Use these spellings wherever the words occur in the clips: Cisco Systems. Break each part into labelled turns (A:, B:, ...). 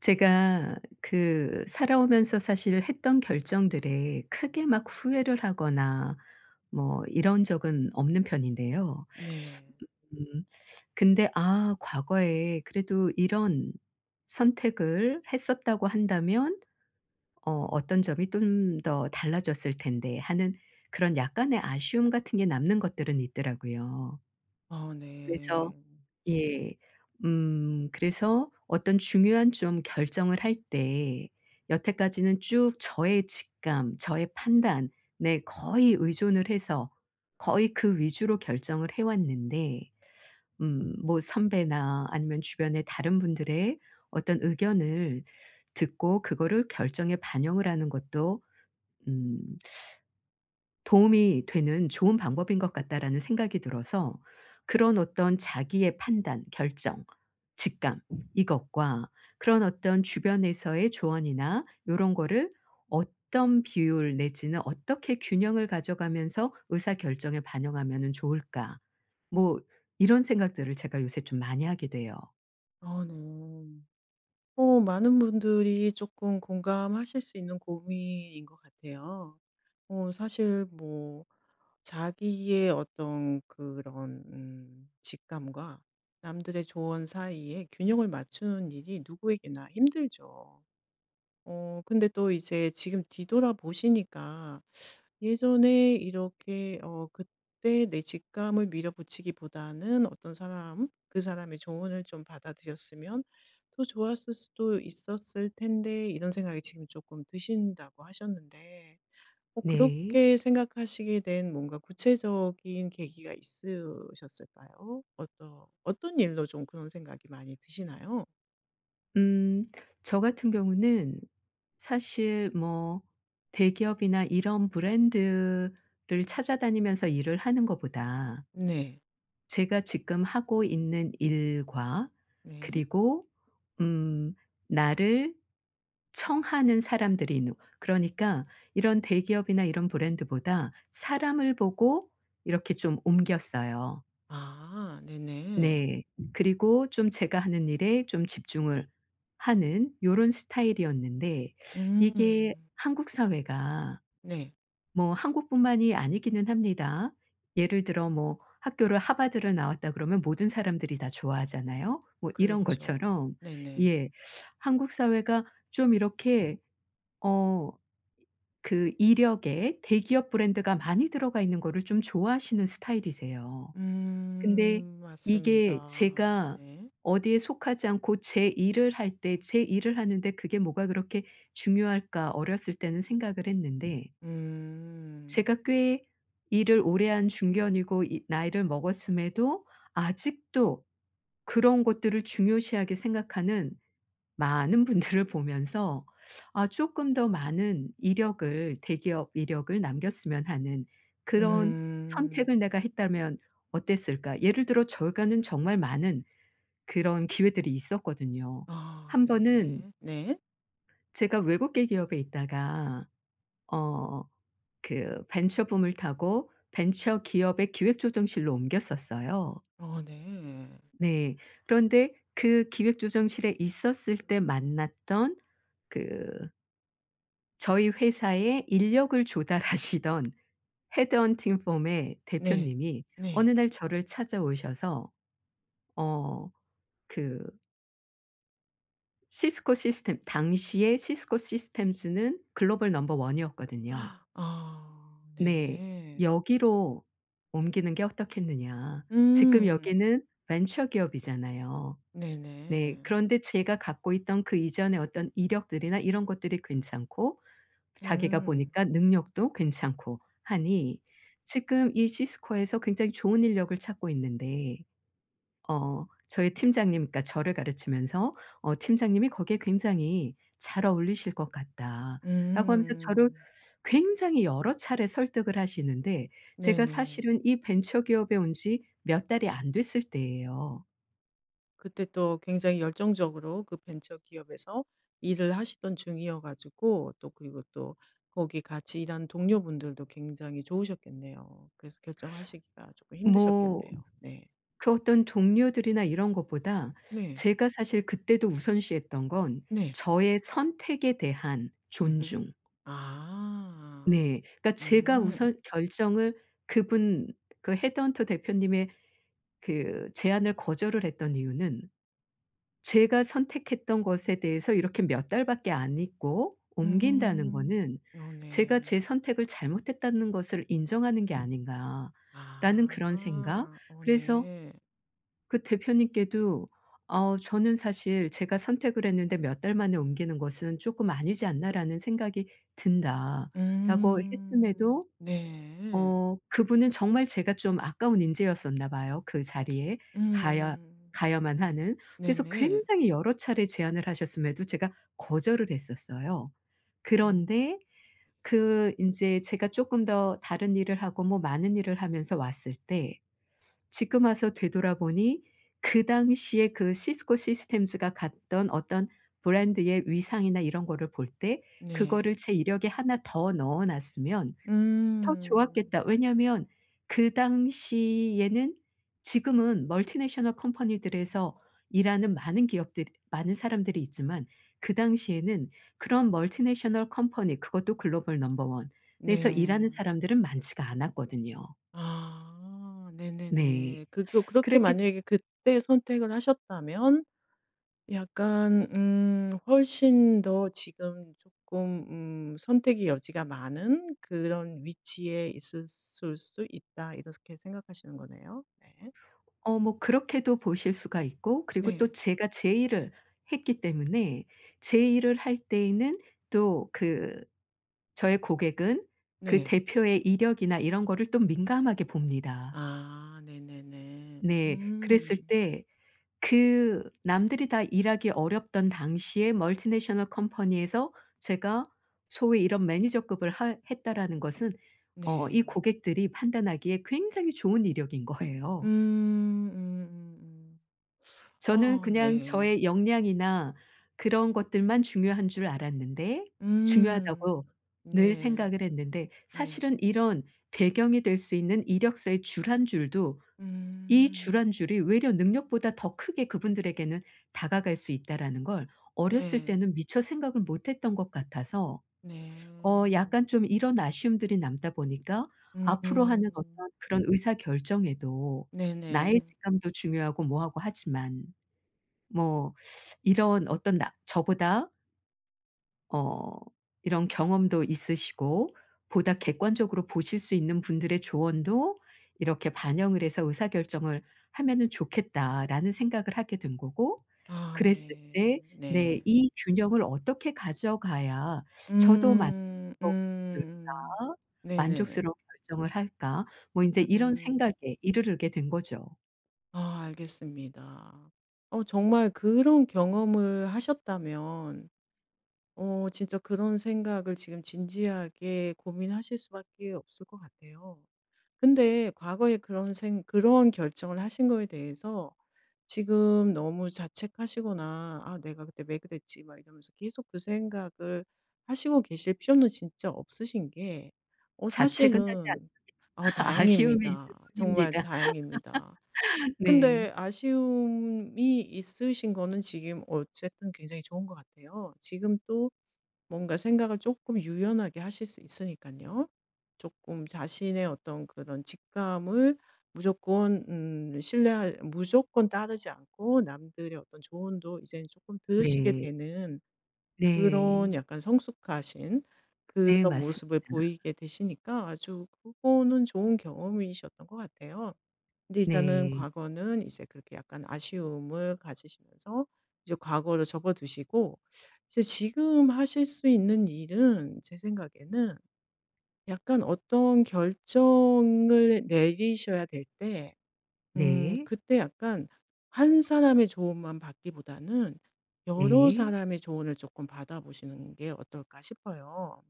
A: 제가 그 살아오면서 사실 했던 결정들에 크게 막 후회를 하거나 뭐 이런 적은 없는 편인데요.
B: 네.
A: 음 근데 과거에 그래도 이런 선택을 했었다고 한다면 '어떤 점이 좀 더 달라졌을 텐데.' 하는 그런 약간의 아쉬움 같은 게 남는 것들은 있더라고요.
B: 아
A: 그래서
B: 네.
A: 예. 그래서 어떤 중요한 좀 결정을 할 때 여태까지는 쭉 저의 직감, 저의 판단에 거의 의존을 해서 거의 그 위주로 결정을 해 왔는데 뭐 선배나 아니면 주변의 다른 분들의 어떤 의견을 듣고 그거를 결정에 반영을 하는 것도 음 도움이 되는 좋은 방법인 것 같다.'라는 생각이 들어서 그런 어떤 자기의 판단, 결정, 직감 이것과 그런 어떤 주변에서의 조언이나 요런 거를 어떤 비율 내지는 어떻게 균형을 가져가면서 의사결정에 반영하면은 좋을까. 뭐 이런 생각들을 제가 요새 좀 많이 하게 돼요.
B: 아 네. 많은 분들이 조금 공감하실 수 있는 고민인 것 같아요. 사실 자기의 어떤 그런 직감과 남들의 조언 사이에 균형을 맞추는 일이 누구에게나 힘들죠. 근데 또 이제 지금 뒤돌아보시니까 예전에 이렇게 그때 내 직감을 밀어붙이기보다는 어떤 사람, 그 사람의 조언을 좀 받아들였으면 더 좋았을 수도 있었을 텐데 이런 생각이 지금 조금 드신다고 하셨는데
A: 네.
B: 그렇게 생각하시게 된 뭔가 구체적인 계기가 있으셨을까요? 어떤 일로 좀 그런 생각이 많이 드시나요?
A: 음. 저 같은 경우는 사실 뭐 대기업이나 이런 브랜드를 찾아다니면서 일을 하는 것보다
B: 네.
A: 제가 지금 하고 있는 일과
B: 네.
A: 그리고 음 나를 청하는 사람들이 있는, 그러니까 이런 대기업이나 이런 브랜드보다 사람을 보고 이렇게 좀 옮겼어요.
B: 아 네네.
A: 네. 그리고 좀 제가 하는 일에 좀 집중을 하는 요런 스타일이었는데, 이게
B: 음.
A: 한국 사회가,
B: 네.
A: 뭐 한국뿐만이 아니기는 합니다. 예를 들어 뭐 학교를 하버드를 나왔다 그러면 모든 사람들이 다 좋아하잖아요. 뭐 이런
B: 그렇죠.
A: 것처럼.
B: 네네.
A: 예. 한국 사회가 좀 이렇게 어 그 이력에 대기업 브랜드가 많이 들어가 있는 거를 좀 좋아하시는 스타일이세요. 근데
B: 음.
A: 이게
B: 맞습니다.
A: 제가
B: 네.
A: 어디에 속하지 않고 제 일을 할 때 제 일을 하는데 그게 뭐가 그렇게 중요할까 어렸을 때는 생각을 했는데,
B: 음.
A: 제가 꽤 일을 오래 한 중견이고 이 나이를 먹었음에도 아직도 그런 것들을 중요시하게 생각하는 많은 분들을 보면서 아금더 많은 이력을 대기업 이력을 남겼으면 하는 그런 선택을
B: 음.
A: 내가 했다면 어땠을까? 예를 들어 저희가는 정말 많은 그런 기회들이 있었거든요.
B: 아
A: 한 번은
B: 네네. 네.
A: 제가 외국계 기업에 있다가 어 그 벤처 붐을 타고 벤처 기업의 기획조정실로 옮겼었어요.
B: 어 네.
A: 네. 그런데 그 기획조정실에 있었을 때 만났던 그 저희 회사에 인력을 조달하시던 헤드헌팅 펌의
B: 네.
A: 대표님이
B: 네.
A: 어느 날 저를 찾아오셔서 어 그 시스코 시스템, 당시에 시스코 시스템즈는 글로벌 넘버 원 이었거든요.
B: 아
A: "네.
B: 네.
A: 여기로 옮기는 게 어떻겠느냐. 지금
B: 음.
A: 여기는 벤처 기업이잖아요. 네.
B: 네네.
A: 그런데 제가 갖고 있던 그 이전의 어떤 이력들이나 이런 것들이 괜찮고 자기가
B: 음.
A: 보니까 능력도 괜찮고 하니 지금 이 시스코에서 굉장히 좋은 인력을 찾고 있는데 저희 팀장님, 그러니까 저를 가르치면서 "팀장님이 거기에 굉장히 잘 어울리실 것 같다."라고 하면서 저를
B: 음.
A: 굉장히 여러 차례 설득을 하시는데 제가
B: 네네.
A: 사실은 이 벤처 기업에 온 지 몇 달이 안 됐을 때예요.
B: 그때 또 굉장히 열정적으로 그 벤처 기업에서 일을 하시던 중이어 가지고 또 그리고 또 거기 같이 일하는 동료분들도 굉장히 좋으셨겠네요. 그래서 결정하시기가 조금
A: 뭐
B: 힘드셨겠네요. 네.
A: 그 어떤 동료들이나 이런 것보다
B: 네.
A: 제가 사실 그때도 우선시했던 건
B: 네.
A: 저의 선택에 대한
B: 음흠.
A: 존중.
B: 아.
A: 네. 그러니까 제가
B: 음.
A: 우선 결정을, 그분, 그 헤드헌터 대표님의 그 제안을 거절을 했던 이유는 제가 선택했던 것에 대해서 이렇게 몇 달밖에 안 있고 옮긴다는
B: 음.
A: 거는
B: 어
A: '제가
B: 네.
A: 제 선택을 잘못했다는 것을 인정하는 게 아닌가.'라는 그런 생각.
B: 아. 어
A: 그래서
B: 네.
A: 그 대표님께도 저는 사실 제가 선택을 했는데 몇 달 만에 옮기는 것은 조금 아니지 않나.'라는 생각이 든다."라고
B: 음.
A: 했음에도
B: 네.
A: 그분은 정말 제가 좀 아까운 인재였었나 봐요, 그 자리에 가야
B: 음.
A: 가야만 하는. 그래서
B: 네네.
A: 굉장히 여러 차례 제안을 하셨음에도 제가 거절을 했었어요.
B: 어
A: 그런데 그 이제 제가 조금 더 다른 일을 하고 뭐 많은 일을 하면서 왔을 때 지금 와서 되돌아보니 그 당시에 그 시스코 시스템즈가 갔던 어떤 브랜드의 위상이나 이런 거를 볼 때
B: 네.
A: 그거를 제 이력에 하나 더 넣어 놨으면 더
B: 음.
A: 좋았겠다. 왜냐하면 그 당시에는, 지금은 멀티내셔널 컴퍼니들에서 일하는 많은 기업들 많은 사람들이 있지만 그 당시에는 그런 멀티내셔널 컴퍼니, 그것도 글로벌 넘버 원 에서
B: 네.
A: 일하는 사람들은 많지가 않았거든요.
B: 아
A: 네.
B: 네네네. 그거 그렇게
A: 그랬기.
B: 만약에 그때 선택을 하셨다면 약간 훨씬 더 지금 조금 '선택의 여지가 많은 그런 위치에 있을 수 있다.' 이렇게 생각하시는 거네요. 네.
A: 뭐 그렇게도 보실 수가 있고, 그리고 또
B: 네.
A: 제가 제 일을 했기 때문에 제 일을 할 때에는 또 그 저의 고객은 그
B: 네.
A: 대표의 이력이나 이런 거를 또 민감하게 봅니다.
B: 아 네네네.
A: 네. 그랬을
B: 음.
A: 때 그 남들이 다 일하기 어렵던 당시에 멀티내셔널 컴퍼니에서 제가 소위 이런 매니저급을 하 했다라는 것은 이
B: 네.
A: 고객들이 판단하기에 굉장히 좋은 이력인 거예요.
B: 음. 음음음.
A: 저는
B: 어
A: 그냥
B: 네.
A: 저의 역량이나 그런 것들만 중요한 줄 알았는데,
B: 음.
A: 중요하다고 늘
B: 네.
A: 생각을 했는데
B: 네.
A: 사실은 이런 배경이 될 수 있는 이력서의 줄 한 줄도, 이 줄
B: 음.
A: 한 줄이 외려 능력보다 더 크게 그분들에게는 다가갈 수 있다라는 걸 어렸을
B: 네.
A: 때는 미처 생각을 못 했던 것 같아서,
B: 네.
A: 약간 좀 이런 아쉬움들이 남다 보니까 앞으로 하는
B: 음.
A: 어떤 그런 의사결정에도 나의
B: 네네.
A: 직감도 중요하고 뭐하고 하지만 뭐 이런 어떤 나 저보다 어 이런 경험도 있으시고 보다 객관적으로 보실 수 있는 분들의 조언도 이렇게 반영을 해서 의사결정을 하면은 좋겠다라는 생각을 하게 된 거고,
B: 아
A: 그랬을
B: 네.
A: 때
B: 네.
A: 네 '이 균형을 어떻게 가져가야 저도
B: 음.
A: 만족스러울까?
B: 음. 네네.
A: 만족스러운 결정을 할까?' 뭐 이제 이런
B: 음.
A: 생각에 이르르게 된 거죠.
B: 아 알겠습니다. 정말 그런 경험을 하셨다면 진짜 그런 생각을 지금 진지하게 고민하실 수밖에 없을 것 같아요. 근데 과거에 그런 결정을 하신 거에 대해서 지금 너무 자책하시거나 '아 내가 그때 왜 그랬지?' 막 이러면서 계속 그 생각을 하시고 계실 필요는 진짜 없으신 게 어
A: 자책은 하지 않아.
B: 사실은 어
A: 아쉬움이 있을
B: 다행입니다. 정말
A: 뿐입니다.
B: 다행입니다.
A: 네.
B: 근데 아쉬움이 있으신 거는 지금 어쨌든 굉장히 좋은 것 같아요. 지금 또 뭔가 생각을 조금 유연하게 하실 수 있으니까요. 조금 자신의 어떤 그런 직감을 무조건 따르지 않고 남들의 어떤 조언도 이제 조금 들으시게
A: 네.
B: 되는 그런
A: 네.
B: 약간 성숙하신
A: 네
B: 그런
A: 맞습니다.
B: 모습을 보이게 되시니까 아주 그거는 좋은 경험이셨던 것 같아요. 근데 일단은
A: 네.
B: 과거는 이제 그렇게 약간 아쉬움을 가지시면서 이제 과거를 접어두시고 이제 지금 하실 수 있는 일은 제 생각에는 약간 어떤 결정을 내리셔야 될 때,
A: 네.
B: 그때 약간 한 사람의 조언만 받기보다는 여러
A: 네.
B: 사람의 조언을 조금 받아보시는 게 어떨까 싶어요.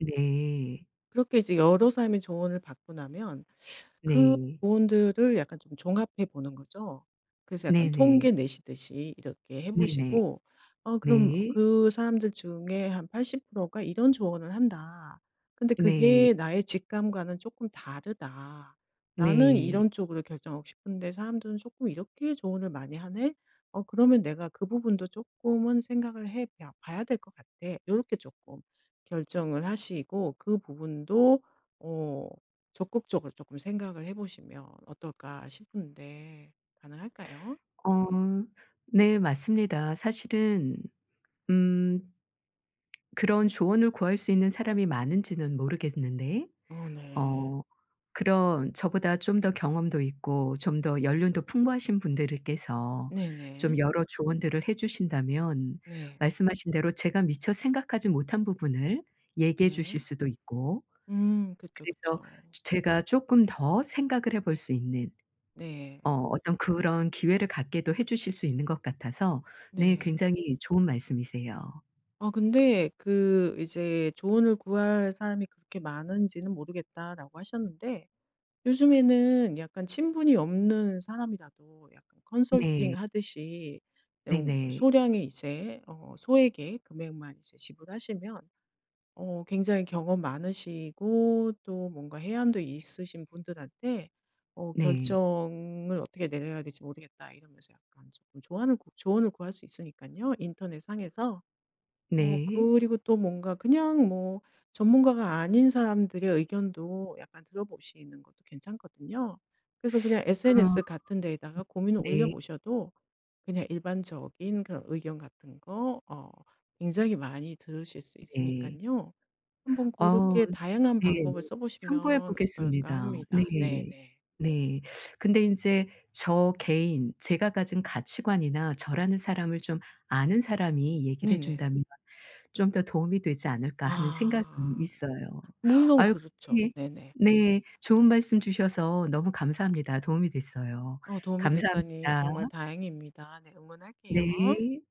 A: 네.
B: 그렇게 이제 여러 사람의 조언을 받고 나면 그
A: 네.
B: 조언들을 약간 좀 종합해 보는 거죠. 그래서 약간
A: 네네.
B: 통계 내시듯이 이렇게 해
A: 네네.
B: 보시고 그럼
A: 네.
B: 그 사람들 중에 한 80%가 "이런 조언을 한다. 근데
A: 네.
B: 그게 나의 직감과는 조금 다르다. 나는
A: 네.
B: 이런 쪽으로 결정하고 싶은데 사람들은 조금 이렇게 조언을 많이 하네. 그러면 내가 그 부분도 조금은 봐야 될 것 같아." 이렇게 조금 결정을 하시고 그 부분도 어 적극적으로 조금 생각을 해 보시면 어떨까 싶은데 가능할까요?
A: 어 네 맞습니다. 사실은 음 그런 조언을 구할 수 있는 사람이 많은지는 모르겠는데,
B: 어 네.
A: 어 그런 저보다 좀 더 경험도 있고 좀 더 연륜도 풍부하신 분들께서 좀
B: 네네.
A: 여러 조언들을 해 주신다면
B: 네.
A: 말씀하신 대로 제가 미처 생각하지 못한 부분을 얘기해 주실
B: 네.
A: 수도 있고,
B: 그쵸,
A: 그래서
B: 그쵸.
A: 제가 쪼끔 더 생각을 해볼 수 있는
B: 네.
A: 어떤 그런 기회를 갖게도 해 주실 수 있는 것 같아서, 네
B: 네.
A: 굉장히 좋은 말씀이세요.
B: 아 근데 그 이제 "조언을 구할 사람이 그렇게 많은지는 모르겠다."라고 하셨는데 요즘에는 약간 친분이 없는 사람이라도 약간 컨설팅
A: 네.
B: 하듯이
A: 네네. 네.
B: 소량의 이제 어 소액의 금액만 이제 지불하시면 굉장히 경험 많으시고 또 뭔가 해안도 있으신 분들한테
A: 네.
B: "결정을 어떻게 내려야 될지 모르겠다." 이러면서 약간 조금 조언을 구할 수 있으니까요, 인터넷상에서.
A: 네.
B: 그리고 또 뭔가 그냥 전문가가 아닌 사람들의 의견도 약간 들어보시는 것도 괜찮거든요. 그래서 그냥 SNS
A: 어
B: 같은 데에다가 고민을 올려
A: 네.
B: 보셔도 그냥 일반적인 그런 의견 같은 거 굉장히 많이 들으실 수 있으니까
A: 네.
B: 요 한번 그렇
A: 어
B: 게 다양한
A: 네.
B: 방법을 써
A: 참고해
B: 보시면 어떨까
A: 보겠습니다. 네.
B: 합니다. 네네.
A: 네. 근데 인제 저 개인, 제가 가진 가치관이나 저라는 사람을 좀 아는 사람이 얘기를 해
B: 네네.
A: 준다면 '좀 더 도움이 되지 않을까.' 하는 생각은
B: 아.
A: 있어요.
B: 물론
A: 아유.
B: 그렇죠.
A: 근데
B: 네네.
A: 네. 좋은 말씀 주셔서 너무 감사합니다. 도움이 됐어요.
B: 도움이 됐다니
A: 감사합니다.
B: 정말 다행입니다. 네 응원할게요.
A: 네.